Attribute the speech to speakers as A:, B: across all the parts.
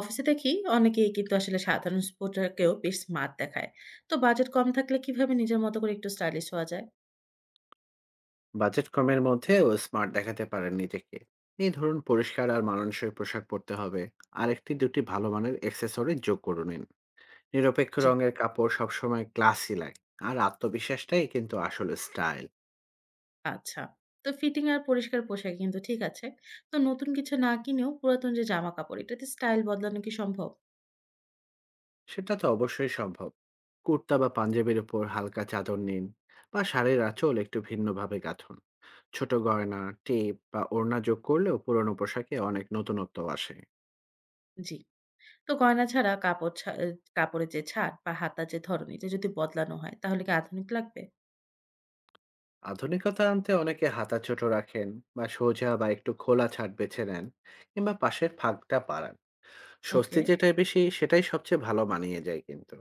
A: অফিসে দেখি অনেকেই কিন্তু আসলে সাধারণ স্পোর্টারকেও বেশ স্মার্ট দেখায়। তো বাজেট কম থাকলে কিভাবে নিজের মতো করে একটু স্টাইলিশ হওয়া যায়?
B: বাজেট কমের মধ্যেও স্মার্ট দেখাতে পারেন নিজেকে। এই ধরুন, পরিষ্কার আর মানানসই পোশাক পরতে হবে। আর একটি দুটি ভালো মানের অ্যাক্সেসরি যোগ করে নিন। নিরপেক্ষ
A: জি।
B: রঙের কাপড় সবসময় ক্লাসি লাগে। আর আত্মবিশ্বাসটাই কিন্তু আসলে স্টাইল।
A: আচ্ছা। তো ফিটিং আর পরিষ্কার পোশাক কিন্তু ঠিক আছে। তো নতুন কিছু না কিনেও পুরাতন যে জামা কাপড় এটাতে স্টাইল বদলানো কি সম্ভব?
B: সেটা তো অবশ্যই সম্ভব। কুর্তা বা পাঞ্জাবির উপর হালকা চাদর নিন, বা শাড়ির আঁচল একটু ভিন্নভাবে গাঁথুন। ছোট গয়না, টেপ বা ওড়না যোগ করলেও পুরনো পোশাকে অনেক নতুনত্ব আসে।
A: জি। তো গয়না ছাড়া কাপড়ের যে ছাড় বা হাতার যে ধরন এটা যদি বদলানো হয় তাহলে কি আধুনিক লাগবে?
B: আধুনিকতা আনতে অনেকে হাঁটাচোট রাখেন, বা সোজা বা একটু খোলা ছাদ বেছে নেন, কিংবা পাশের ফাঁকটা বাড়ান। স্বস্তি
A: ওকে।
B: যেটাই বেশি সেটাই সবচেয়ে ভালো মানিয়ে যায় কিন্তু।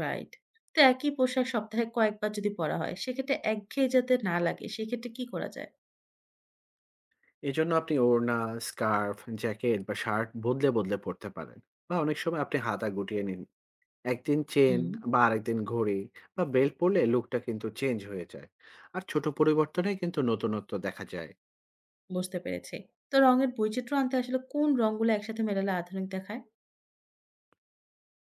A: রাইট। তো একই পোশাক সপ্তাহে কয়েকবার যদি পরা হয় সেক্ষেত্রে একঘেয়ে যাতে না লাগে সেক্ষেত্রে কি করা যায়?
B: এই জন্য আপনি ওড়না, স্কার্ফ, জ্যাকেট বা শার্ট বদলে বদলে পরতে পারেন। বা অনেক সময় আপনি হাতা গুটিয়ে নিন, একদিন চেন
A: হুম।
B: বা আরেকদিন ঘড়ি বা বেল্ট পরলে লুকটা কিন্তু চেঞ্জ হয়ে যায়। আর ছোট পরিবর্তনে কিন্তু নতুনত্ব দেখা যায়।
A: বুঝতে পেরেছি। তো রঙের বৈচিত্র্য আনতে আসলে কোন রংগুলো একসাথে মেলালে আধুনিক দেখায়?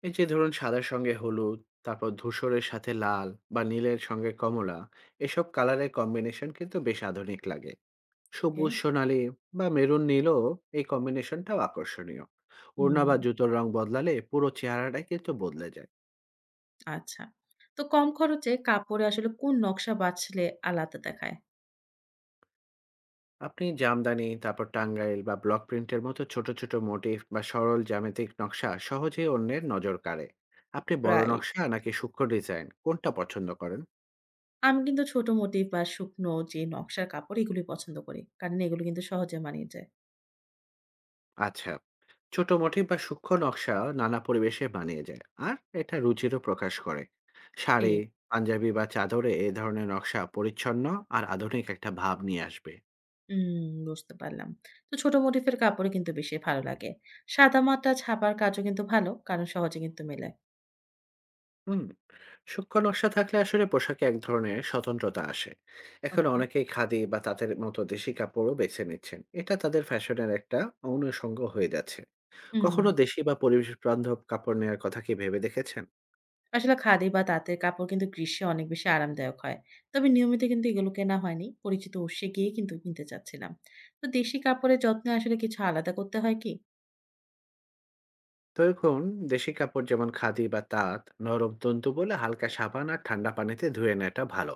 B: এই যে ধরুন সাদার সঙ্গে হলুদ, তারপর ধূসরের সাথে লাল বা নীলের সঙ্গে কমলা, এসব কালারের কম্বিনেশন কিন্তু বেশ আধুনিক লাগে।
A: ওকে।
B: সবুজ সোনালী বা মেরুন নীলও, এই কম্বিনেশনটাও আকর্ষণীয়। ওড়না
A: হুম।
B: বা জুতোর রং বদলালে পুরো চেহারাটাই কিন্তু বদলে যায়।
A: আচ্ছা। তো কম খরচে কাপড়ে আসলে কোন নকশা বাছলে আলাদা দেখায়?
B: আপনি জামদানি, তারপর টাঙ্গাইল বা ব্লক প্রিন্টের মতো ছোট ছোট মোটিফ বা সরল জ্যামিতিক নকশা সহজেই অন্যের নজর কাড়ে। আপনি বড়
A: রাইট।
B: নকশা নাকি সূক্ষ্ম ডিজাইন কোনটা পছন্দ করেন?
A: আমি কিন্তু ছোট মোটিফ বা শুকনো যে নকশার কাপড় এগুলি পছন্দ করি। কারণ এগুলো কিন্তু সহজে মানিয়ে যায়।
B: আচ্ছা, ছোট মোটিভ বা সূক্ষ্ম নকশা নানা পরিবেশে মানিয়ে যায়, আর এটা রুচিরও প্রকাশ করে। শাড়ি,
A: ঠিক।
B: পাঞ্জাবি বা চাদরে এই ধরনের নকশা পরিচ্ছন্ন আর আধুনিক একটা ভাব নিয়ে আসবে।
A: হুম, বুঝতে পারলাম। তো ছোট মোটিফের কাপড়ই কিন্তু বেশি ভালো লাগে। সাদামাটা ছাপার কাজও কিন্তু ভালো। কারণ সহজে কিন্তু মেলে।
B: হুম। সূক্ষ্ম নকশা থাকলে আসলে পোশাকে এক ধরনের স্বতন্ত্রতা আসে। এখন
A: ওকে।
B: অনেকেই খাদি বা তাদের মতো দেশি কাপড়ও বেছে নিচ্ছেন, এটা তাদের ফ্যাশনের একটা অনুষঙ্গ হয়ে যাচ্ছে।
A: হুম।
B: কখনো দেশি বা পরিবেশ বান্ধব কাপড় নেওয়ার কথা কি ভেবে দেখেছেন?
A: আসলে খাদি বা তাঁতের কাপড় কিন্তু গ্রীষ্মে অনেক বেশি আরামদায়ক হয়। তবে নিয়মিত কিন্তু এগুলো কেনা হয়নি। পরিচিত উৎসে গিয়ে কিন্তু কিনতে চাচ্ছিলাম। তো দেশি কাপড়ের যত্নে আসলে কিছু আলাদা করতে হয় কি?
B: তো এখন দেশি কাপড় যেমন খাদি বা তাঁত নরম তন্তু বলে হালকা সাবান আর ঠান্ডা পানিতে ধুয়ে নেওয়াটা ভালো।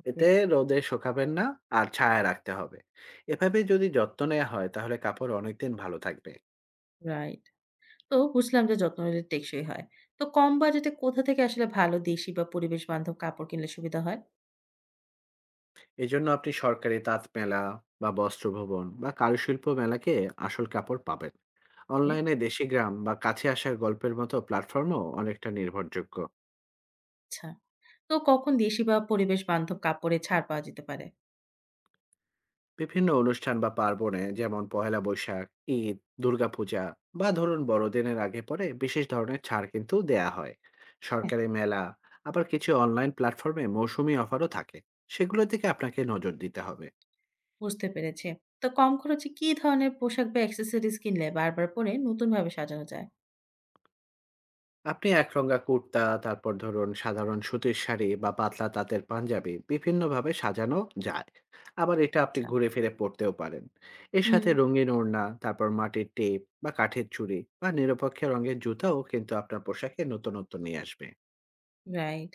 A: ওকে।
B: এতে রোদে শুকাবেন না, আর ছায়া রাখতে হবে। এভাবে যদি যত্ন নেওয়া হয় তাহলে কাপড় অনেকদিন ভালো থাকবে।
A: রাইট। তো বুঝলাম যে যত্ন নিলে টেকসই হয়। তো কম বাজেটে কোথা থেকে আসলে ভালো দেশি বা পরিবেশ বান্ধব কাপড় কিনলে সুবিধা হয়?
B: এজন্য আপনি সরকারি তাঁত মেলা বা বস্ত্র ভবন বা কারুশিল্প মেলাকে আসল কাপড় পাবেন।
A: ওকে,
B: অনলাইনে দেশি গ্রাম বা কাছে আসার গল্পের মতো প্ল্যাটফর্মও অনেকটা নির্ভরযোগ্য।
A: আচ্ছা। তো কখন দেশি বা পরিবেশ বান্ধব কাপড়ে ছাড় পাওয়া যেতে পারে?
B: বিভিন্ন অনুষ্ঠান বা পার্বণে যেমন পহেলা বৈশাখ, ঈদ, দুর্গাপূজা, বা ধরুন বড়দিনের আগে পরে বিশেষ ধরনের ছাড় কিন্তু দেয়া হয়।
A: হ্যাঁ।
B: সরকারি মেলা। আবার কিছু অনলাইন প্ল্যাটফর্মে মৌসুমী অফারও থাকে, সেগুলোর দিকে আপনাকে নজর দিতে হবে।
A: বুঝতে পেরেছি। তো কম খরচে কি ধরনের পোশাক বা অ্যাক্সেসরিজ কিনলে বারবার পরে নতুনভাবে সাজানো যায়?
B: আপনি একরঙা কুর্তা, তারপর ধরুন সাধারণ সুতির শাড়ি বা পাতলা তাঁতের পাঞ্জাবি বিভিন্নভাবে সাজানো যায়। আবার এটা আপনি
A: আচ্ছা।
B: ঘুরে ফিরে পরতেও পারেন। এর
A: হুম।
B: সাথে রঙিন ওড়না, তারপর মাটির টেপ বা কাঠের চুড়ি বা নিরপেক্ষ রঙের জুতাও কিন্তু আপনার পোশাকে নতুনত্ব নিয়ে আসবে।
A: রাইট।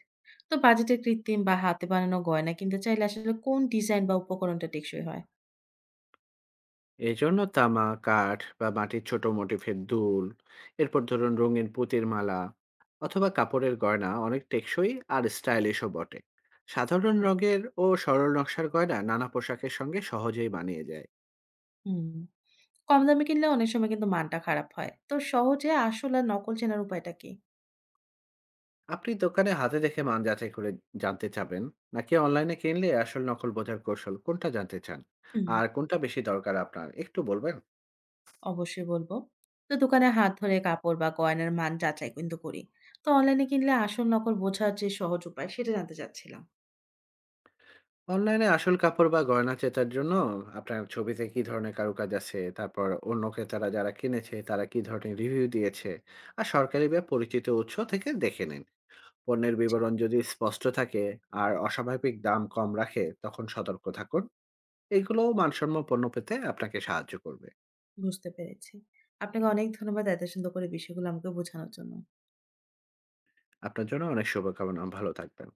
A: তো বাজেটে কৃত্রিম বা হাতে বানানো গয়না কিনতে চাইলে আসলে কোন ডিজাইন বা উপকরণটা টেকসই হয়?
B: এজন্য তামা, কাঠ বা মাটির ছোট মোটিফের দুল, এরপর ধরুন রঙিন পুঁতির মালা অথবা কাপড়ের গয়না অনেক টেকসই আর স্টাইলিশও বটে। সাধারণ রঙের ও সরল নকশার গয়না নানা পোশাকের সঙ্গে সহজেই মানিয়ে যায়।
A: হুম। কম দামে কিনলে অনেক সময় কিন্তু মানটা খারাপ হয়। তো সহজে আসল আর নকল চেনার উপায়টা কি?
B: আপনি দোকানে হাতে দেখে মান যাচাই করে জানতে চাবেন, নাকি অনলাইনে কিনলে আসল নকল বোঝার কৌশল কোনটা জানতে চান?
A: হুম,
B: আর কোনটা বেশি দরকার আপনার একটু বলবেন?
A: অবশ্যই বলব। তো দোকানে হাত ধরে কাপড় বা গয়নার মান যাচাই কিন্তু করি। তো অনলাইনে কিনলে আসল নকল বোঝার যে সহজ উপায় সেটা জানতে চাচ্ছিলাম।
B: অনলাইনে আসল কাপড় বা গয়না ক্রেতার জন্য আপনার ছবিতে কি ধরনের কারুকাজ আছে, তারপর অন্য ক্রেতারা যারা কিনেছে তারা কি ধরনের রিভিউ দিয়েছে, আর সরকারি বা পরিচিত উৎস থেকে দেখে নিন। পণ্যের
A: জি,
B: বিবরণ যদি স্পষ্ট থাকে আর অস্বাভাবিক দাম কম রাখে তখন সতর্ক থাকুন। এগুলোও মানসম্য পণ্য পেতে আপনাকে সাহায্য করবে।
A: বুঝতে পেরেছি। আপনাকে অনেক ধন্যবাদ এত সুন্দর করে বিষয়গুলো আমাকে বোঝানোর জন্য।
B: আপনার জন্য অনেক শুভকামনা, ভালো থাকবেন।